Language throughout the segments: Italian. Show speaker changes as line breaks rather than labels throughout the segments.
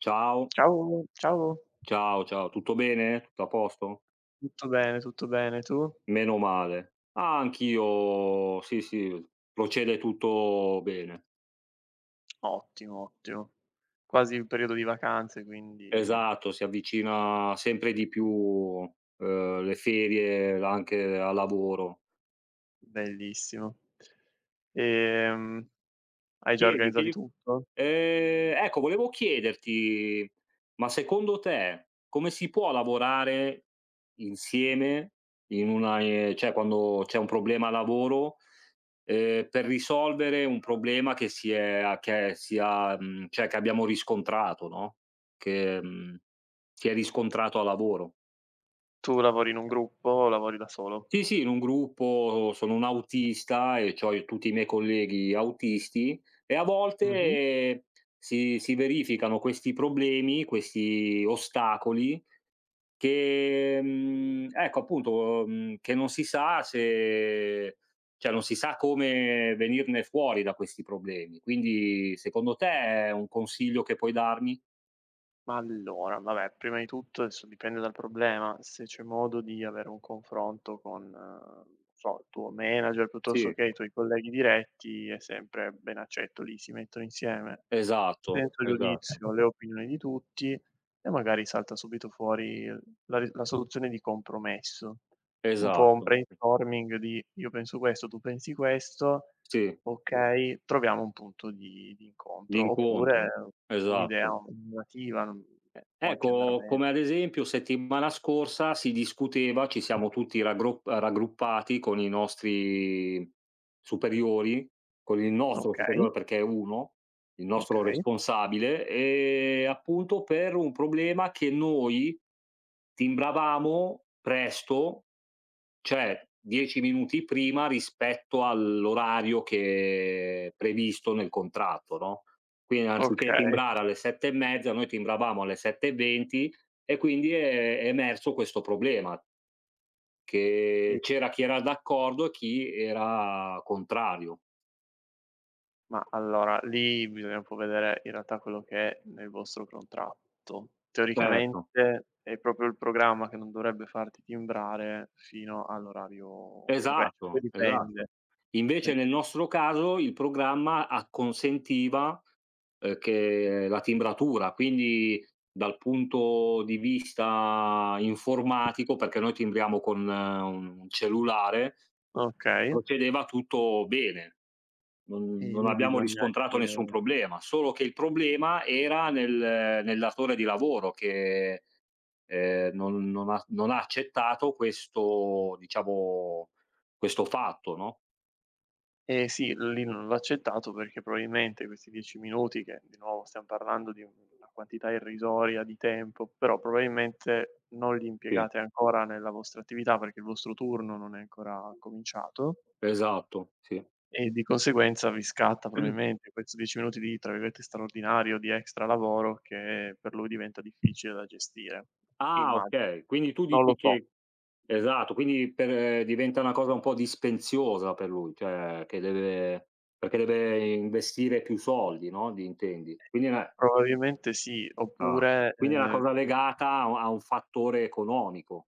Ciao,
Ciao, ciao.
ciao, ciao, tutto bene? Tutto a posto?
Tutto bene, tutto bene. Tu?
Meno male. Ah, anch'io sì, sì, procede tutto bene.
Ottimo, ottimo. Quasi il periodo di vacanze, quindi
Esatto, si avvicina sempre di più, le ferie anche a lavoro.
bellissimo. Ehm, hai già
Chiedi,
organizzato
chiedi,
tutto?
ecco, volevo chiederti, ma secondo te come si può lavorare insieme in una cioè quando c'è un problema a lavoro, per risolvere un problema che si è che sia, cioè che abbiamo riscontrato, no, che, si è riscontrato a lavoro.
Tu lavori in un gruppo o lavori da solo?
Sì, sì, in un gruppo sono un autista e c'ho i tutti i miei colleghi autisti, e a volte
Mh-mh.
si verificano questi problemi, questi ostacoli, che, ecco, appunto, che non si sa se, cioè non si sa come venirne fuori da questi problemi. Quindi secondo te, è un consiglio che puoi darmi?
Ma allora, vabbè, prima di tutto adesso dipende dal problema, se c'è modo di avere un confronto con, non so, il tuo manager piuttosto
Sì.
che i tuoi colleghi diretti è sempre ben accetto. Lì si mettono insieme
Esatto,
senza
esatto,
giudizio le opinioni di tutti e magari salta subito fuori la soluzione di compromesso. Un po' un
esatto.
brainstorming di: "Io penso questo, tu pensi questo".
Sì,
Okay, troviamo un punto di incontro, oppure
l'incontro.
un'idea,
Esatto.
un'alternativa, non
E
può anche andar
ecco,
bene.
come ad esempio settimana scorsa si discuteva, ci siamo tutti raggro raggruppati con i nostri superiori, con il nostro
Okay,
superiore, perché è uno, il nostro
okay,
responsabile, appunto per un problema che noi timbravamo presto, cioè 10 minuti prima rispetto all'orario che è previsto nel contratto, no, quindi anziché
okay.
timbrare alle 7 e mezza, noi timbravamo alle 7 e 20, e quindi è emerso questo problema,
E
che c'era chi era d'accordo e chi era contrario.
ma allora lì bisogna un po' vedere in realtà quello che è nel vostro contratto.
Certo.
Teoricamente è proprio il programma che non dovrebbe farti timbrare fino all'orario corretto, poi
Esatto, esatto.
dipende
Invece nel
perché
nostro caso il programma acconsentiva, che la timbratura, quindi, dal punto di vista informatico, perché noi timbriamo con un cellulare,
okay,
procedeva tutto bene. Non
e
non
lì
abbiamo
bisogna
riscontrato nessun
essere.
problema, solo che il problema era nel datore di lavoro che, non ha accettato, questo diciamo, questo fatto, no?
Eh sì, lì non l'ho accettato perché probabilmente questi 10 minuti, che di nuovo stiam parlando di una quantità irrisoria di tempo, però probabilmente non li
Sì,
impiegate ancora nella vostra attività perché il vostro turno non è ancora cominciato
esatto, sì.
e di conseguenza vi scatta probabilmente questi 10 minuti di, tra virgolette, "straordinario", di extra lavoro che per lui diventa difficile da gestire,
Ah,
immagino.
okay, quindi tu
Non lo
dici
so,
che esatto, quindi per, diventa una cosa un po' dispensiosa per lui, cioè che deve, perché deve investire più soldi, no, di intendi.
probabilmente sì,
Ah,
oppure.
quindi è una cosa legata a u a un fattore economico.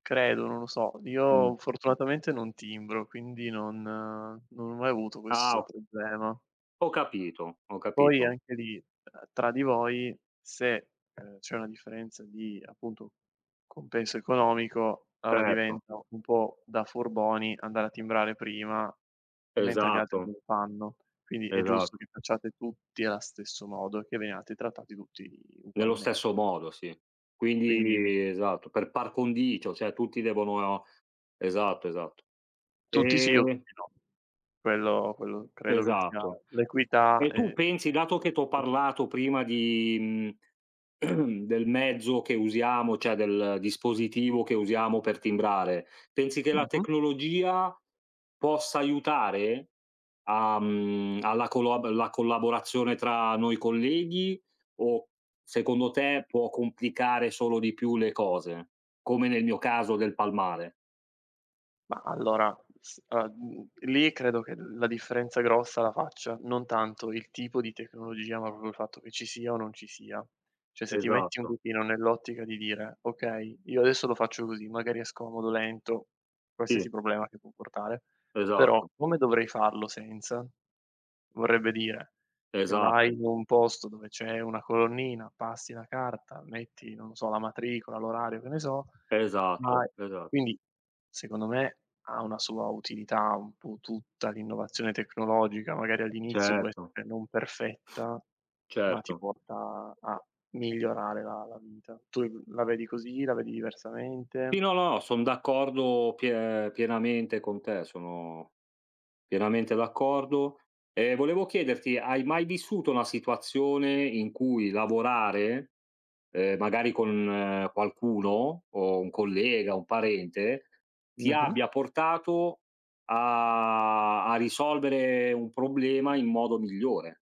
Credo, non lo so.
Mh.
Io fortunatamente non timbro, quindi non ho mai avuto
Ah,
questo
ho
problema.
ho capito, ho
Poi
capito.
anche lì, tra di voi se, c'è una differenza di, appunto, compenso economico, allora
Certo,
diventa un po' da furboni andare a timbrare prima, mentre gli altri non
esatto,
lo fanno. Quindi è giusto che
esatto.
facciate tutti allo stesso modo e che veniate trattati tutti
Nello stesso
ugualmente.
modo, sì.
Quindi.
Quindi esatto, per par condicio, cioè tutti devono, esatto, esatto.
Tutti sì o
Ehm,
tutti no. Quello credo che sia
esatto.
l'equità,
E tu pensi,
anche
dato che t'ho
questo.
parlato prima di, mhmm, del mezzo che usiamo, cioè del dispositivo che usiamo per timbrare, pensi che la
Mh-mh.
tecnologia possa aiutare a, alla colab la collaborazione tra noi colleghi, o secondo te può complicare solo di più le cose? Come nel mio caso del palmare.
Ma allora, lì credo che la differenza grossa la faccia non tanto il tipo di tecnologia, ma proprio il fatto che ci sia o non ci sia. Cioè se ti metti un
Esatto,
pochino nell'ottica di dire: "Okay, io adesso lo faccio così, magari è scomodo, lento", qualsiasi
sì,
problema che può portare, però
esatto,
come dovrei farlo senza? Vorrebbe dire che vai
esatto,
in un posto dove c'è una colonnina, passi la carta, metti, non so, la matricola, l'orario, che ne so,
esatto,
vai.
esatto,
Quindi, secondo me, ha una sua utilità un po' tutta l'innovazione tecnologica, magari all'inizio può
certo.
essere non perfetta, ma ti
Certo.
porta a migliorare la vita. Tu la vedi così, la vedi diversamente?
Sì, no, no, son d'accordo pienamente con te, sono pienamente d'accordo. E volevo chiederti, hai mai vissuto una situazione in cui lavorare, magari con, qualcuno o un collega, un parente, ti
Mh-mh.
abbia portato a risolvere un problema in modo migliore?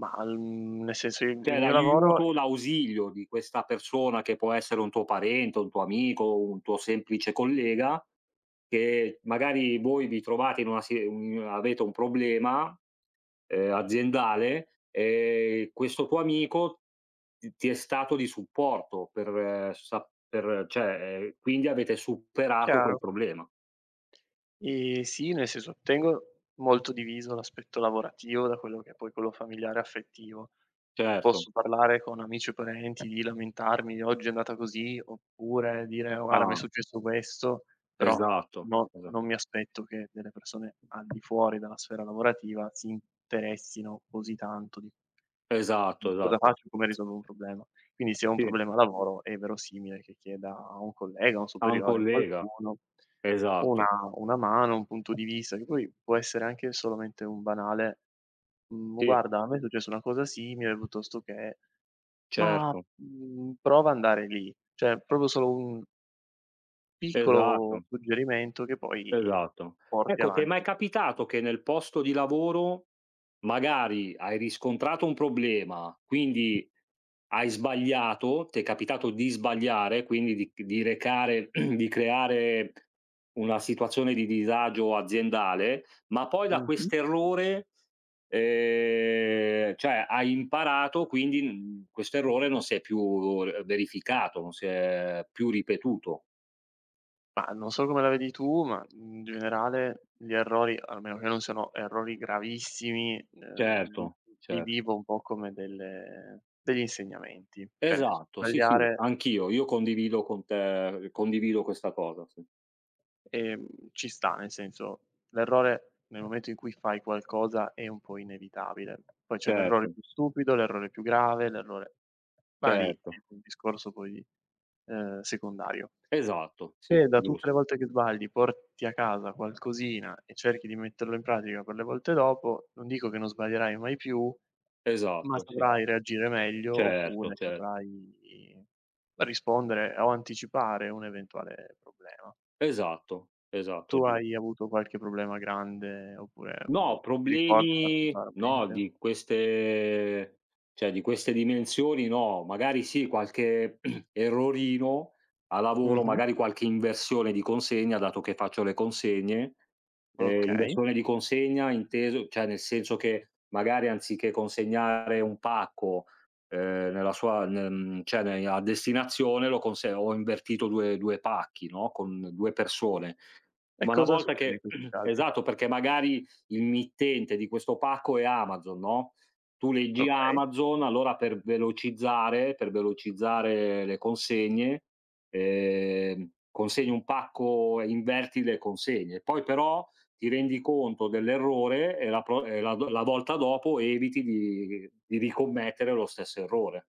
Ma, nel senso il
Cioè
mio lavoro.
l'aiuto, l'ausilio di questa persona che può essere un tuo parente, un tuo amico, un tuo semplice collega, che magari voi vi trovate in una si un avete un problema, aziendale, e questo tuo amico ti è stato di supporto per cioè, quindi avete superato quel
Chiaro.
problema.
Sì, nel senso tengo molto diviso l'aspetto lavorativo da quello che è poi quello familiare e affettivo.
Certo.
Posso parlare con amici e parenti di lamentarmi: "Oggi è andata così", oppure dire: "Oh, "Guarda, mi è
Ah,
successo questo", però
esatto,
no, non mi aspetto che delle persone al di fuori dalla sfera lavorativa si interessino così tanto di
esatto,
cosa
esatto.
faccio e come risolvo un problema. Quindi se ho un
Sì,
problema lavoro è verosimile che chieda a un collega, a un
a un
superiore, a
collega,
qualcuno una
esatto,
una mano, un punto di vista, che poi può essere anche solamente un banale: "Mhmm,
sì.
guarda a me è successa una cosa simile", piuttosto che: "Ma,
Certo,
mhmm, prova ad andare lì". Cioè proprio solo un piccolo
esatto,
suggerimento che poi
esatto.
porti
Ecco, ti è mai
avanti.
capitato che nel posto di lavoro magari hai riscontrato un problema, quindi hai sbagliato, ti è capitato di sbagliare, quindi di recare di creare una situazione di disagio aziendale, ma poi da
Mh-mh.
quest'errore, cioè hai imparato, quindi, questo errore non si è più, verificato, non si è più ripetuto?
Ma non so come la vedi tu, ma in generale gli errori, almeno che non siano errori gravissimi, li
Certo,
li
cer
vivo un po' come delle degli insegnamenti. Cioè nel senso,
esatto, sì, sì,
sbagliare,
anch'io. Io condivido con te condivido questa cosa, sì.
ehm, ci sta, nel senso, l'errore nel momento in cui fai qualcosa è un po' inevitabile. Poi c'è l'errore
Certo,
più stupido, l'errore più grave, l'errore, ma lì è
certo.
un discorso poi, secondario.
Esatto, sì,
Se da
gius
tutte le volte che sbagli porti a casa qualcosina e cerchi di metterlo in pratica per le volte dopo, non dico che non sbaglierai mai più, ma
esatto, sì.
saprai reagire meglio
Certo,
oppure
cer
saprai rispondere o anticipare un eventuale problema.
esatto, esatto,
Tu
giu
hai avuto qualche problema grande oppure,
No,
boh, che ti ricordi
problemi no,
particolarmente?
di queste, cioè di queste dimensioni no. Magari sì, qualche errorino a lavoro,
Mh-mh.
magari qualche inversione di consegna, dato che faccio le consegne.
Okay.
Inversione di consegna, inteso cioè nel senso che magari anziché consegnare un pacco, nella sua ne cioè ne a destinazione lo conse ho invertito 2 pacchi, no, con 2 persone.
E
Ma una
cosa
volta
succede in
che
questi casi?
esatto, perché magari il mittente di questo pacco è Amazon, no, tu leggi
Okay.
Amazon, allora per velocizzare le consegne, consegni un pacco e inverti le consegne. Poi però ti rendi conto dell'errore e la pro e la do la volta dopo eviti di ricommettere lo stesso errore.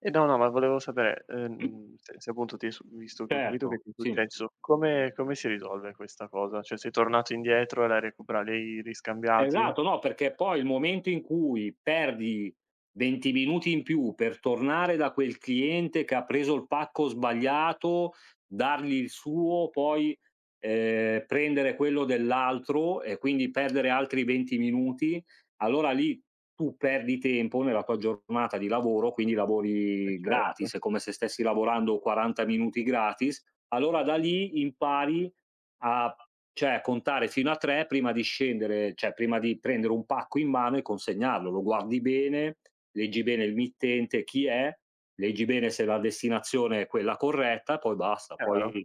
E no, no, ma volevo sapere, se appunto ti è su visto che ho capito che
Certo,
ti è
sì.
successo, come si risolve questa cosa? Cioè sei tornato indietro e l'hai recupera li hai riscambiati?
Esatto, no, perché poi il momento in cui perdi 20 minuti in più per tornare da quel cliente che ha preso il pacco sbagliato, dargli il suo, poi, prendere quello dell'altro e quindi perdere altri 20 minuti, allora lì tu perdi tempo nella tua giornata di lavoro, quindi
Eh
lavori
certo,
gratis, è come se stessi lavorando 40 minuti gratis. Allora da lì impari a, cioè, contare fino a 3 prima di scendere, cioè prima di prendere un pacco in mano e consegnarlo. Lo guardi bene, leggi bene il mittente chi è, leggi bene se la destinazione è quella corretta e poi basta.
chiaro.
Poi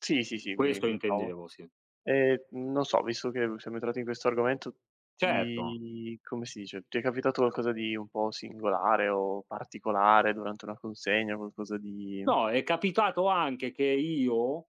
Sì, sì, sì, mi
questo
mi trovo.
intendevo, sì.
E, non so, visto che siamo entrati in questo argomento,
Certo.
ti come si dice, ti è capitato qualcosa di un po' singolare o particolare durante una consegna, qualcosa di.
No, è capitato anche che io,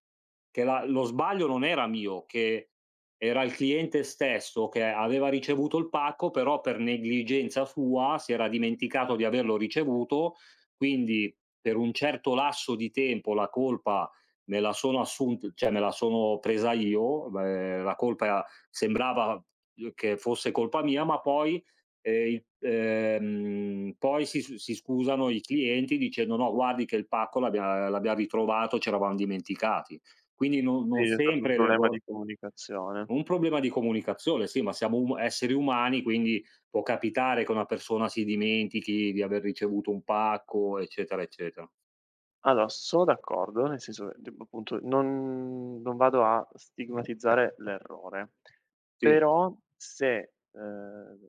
che la lo sbaglio non era mio, che era il cliente stesso che aveva ricevuto il pacco, però per negligenza sua si era dimenticato di averlo ricevuto, quindi per un certo lasso di tempo la colpa me la sono assunt cioè me la sono presa io, la colpa sembrava che fosse colpa mia, ma poi. Il poi si scusano i clienti dicendo: "No, guardi che il pacco l'abbiam ritrovato, c'eravam dimenticati". Quindi non
Sì,
non
è stato un
sempre le
problema di
vo.
comunicazione.
Un problema di comunicazione, sì, ma siamo um esseri umani, quindi può capitare che una persona si dimentichi di aver ricevuto un pacco, eccetera, eccetera.
Allora, sono d'accordo, nel senso, che tipo appunto non vado a stigmatizzare l'errore,
Sì,
però se,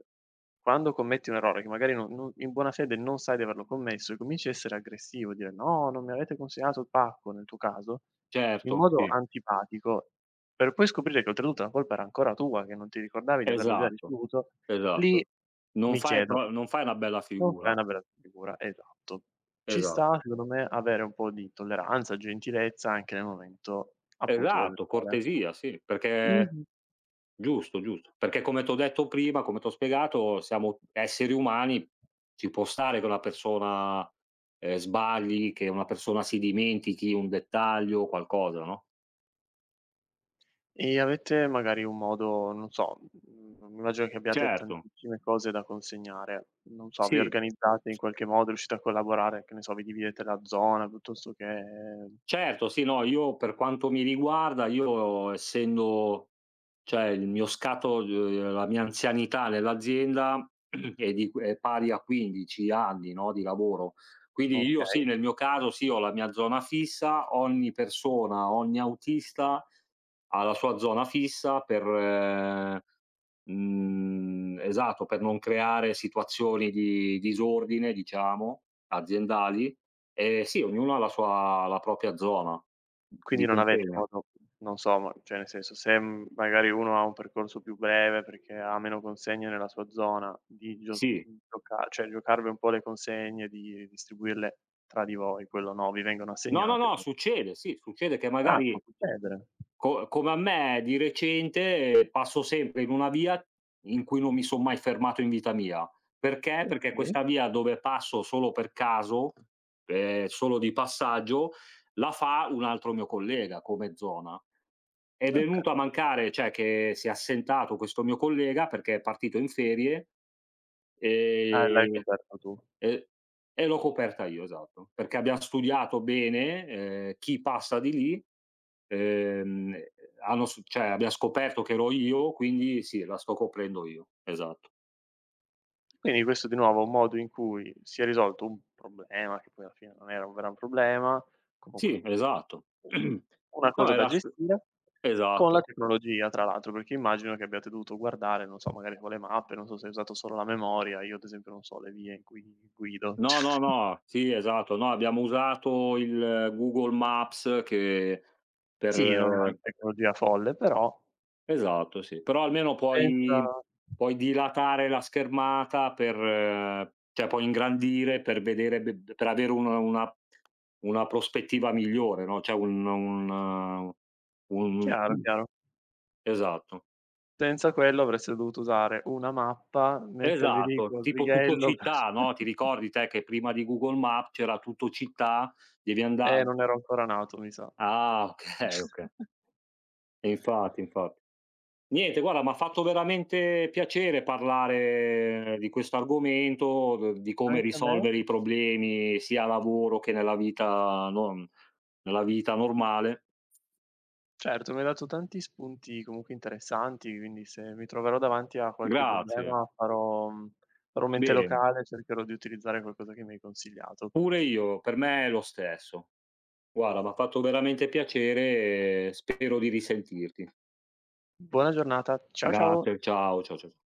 quando commetti un errore che magari non in buona fede non sai di averlo commesso e cominci a essere aggressivo, dire: "No, non mi avete consegnato il pacco", nel tuo caso, in
certo,
modo
sì.
antipatico, per poi scoprire che oltretutto la colpa era ancora tua, che non ti ricordavi di averlo già
Esatto,
ricevuto, lì
esatto. Non
mi
fai
chiedo,
pro non fai una bella
non fai
figura.
una bella figura, esatto. Ci
Esa
sta secondo me avere un po' di tolleranza, gentilezza anche nel momento appunto delle
esatto,
gare.
cortesia, sì, perché
Mh-mh.
giusto, giusto. Perché come t'ho detto prima, come t'ho spiegato, siamo esseri umani, ci può stare che una persona, sbagli, che una persona si dimentichi un dettaglio o qualcosa, no?
E avete magari un modo, non so, immagino che abbiate
Certo.
tantissime cose da consegnare, non so, vi
Sì.
organizzate in qualche modo, riuscite a collaborare, che ne so, vi dividete la zona piuttosto che.
Certo, sì, no, io per quanto mi riguarda, io essendo cioè il mio scatto, la mia anzianità nell'azienda è pari a 15 anni, no, di lavoro. Quindi io
Okay.
sì, nel mio caso sì, ho la mia zona fissa, ogni persona, ogni autista ha la sua zona fissa per, esatto, per non creare situazioni di disordine, diciamo, aziendali. Sì, ognuno ha la propria zona
Quindi
di
non avete
consegna.
modo, non so, ma cioè nel senso, se, magari uno ha un percorso più breve perché ha meno consegne nella sua zona, di gios
Sì.
gioca cioè giocarvi un po' le consegne, di distribuirle tra di voi, quello no, vi vengono
No, no,
assegnate.
no, succede, sì, succede che
Ah, può
magari
succedere.
co come a me di recente passo sempre in una via in cui non mi son mai fermato in vita mia. Perché? Perché
Okay,
questa via dove passo solo per caso, solo di passaggio, la fa un altro mio collega come zona. È
okay.
venuto a mancare, cioè che si è assentato questo mio collega perché è partito in ferie,
Ah, l'hai
ehm,
coperto tu.
e e l'ho coperta io, esatto, perché abbiam studiato bene, chi passa di lì, ehm, hanno s cioè abbiam scoperto che ero io, quindi sì, la sto coprendo io. Esatto.
Quindi questo di nuovo è un modo in cui si è risolto un problema, che poi alla fine non era un gran problema, comunque
Sì,
u
esatto.
u una
No,
cosa da
era s
gestire, con la
esatto.
tecnologia tra l'altro, perché immagino che abbiate dovuto guardare, non so, magari con le mappe, non so se hai usato solo la memoria, io ad esempio non so le vie in cui guido.
No, no, no, sì, esatto. No, abbiamo usato il Google Maps che
Sì, non una
per
tecnologia folle, però
esatto, sì. Però almeno
senza.
puoi dilatare la schermata per, cioè puoi ingrandire, per vedere, be per avere un una prospettiva migliore, no, cioè un un
Chiaro, chiaro.
esatto.
Senza quello avreste dovuto usare una mappa, mettervi lì
Esatto,
col
tipo Tutto
righello.
Città, no, ti ricordi te che prima di Google Map c'era Tutto Città, devi anda
Non ero ancora nato, mi sa.
ah, okay, okay. E infatti, infatti. Niente, guarda, m'ha fatto veramente piacere parlare di questo argomento, d di come
Anche a me.
risolvere i problemi sia a lavoro che nella vita, non nella vita normale.
Certo, mi hai dato tanti spunti comunque interessanti, quindi se mi troverò davanti a qualche
Grazie.
problema farò farò mente
Bene,
locale, cercherò di utilizzare qualcosa che mi hai consigliato.
pure io, per me è lo stesso. Guarda, m'ha fatto veramente piacere e spero di risentirti.
Buona giornata. Ciao, ciao.
Grazie, ciao, cia cia cia.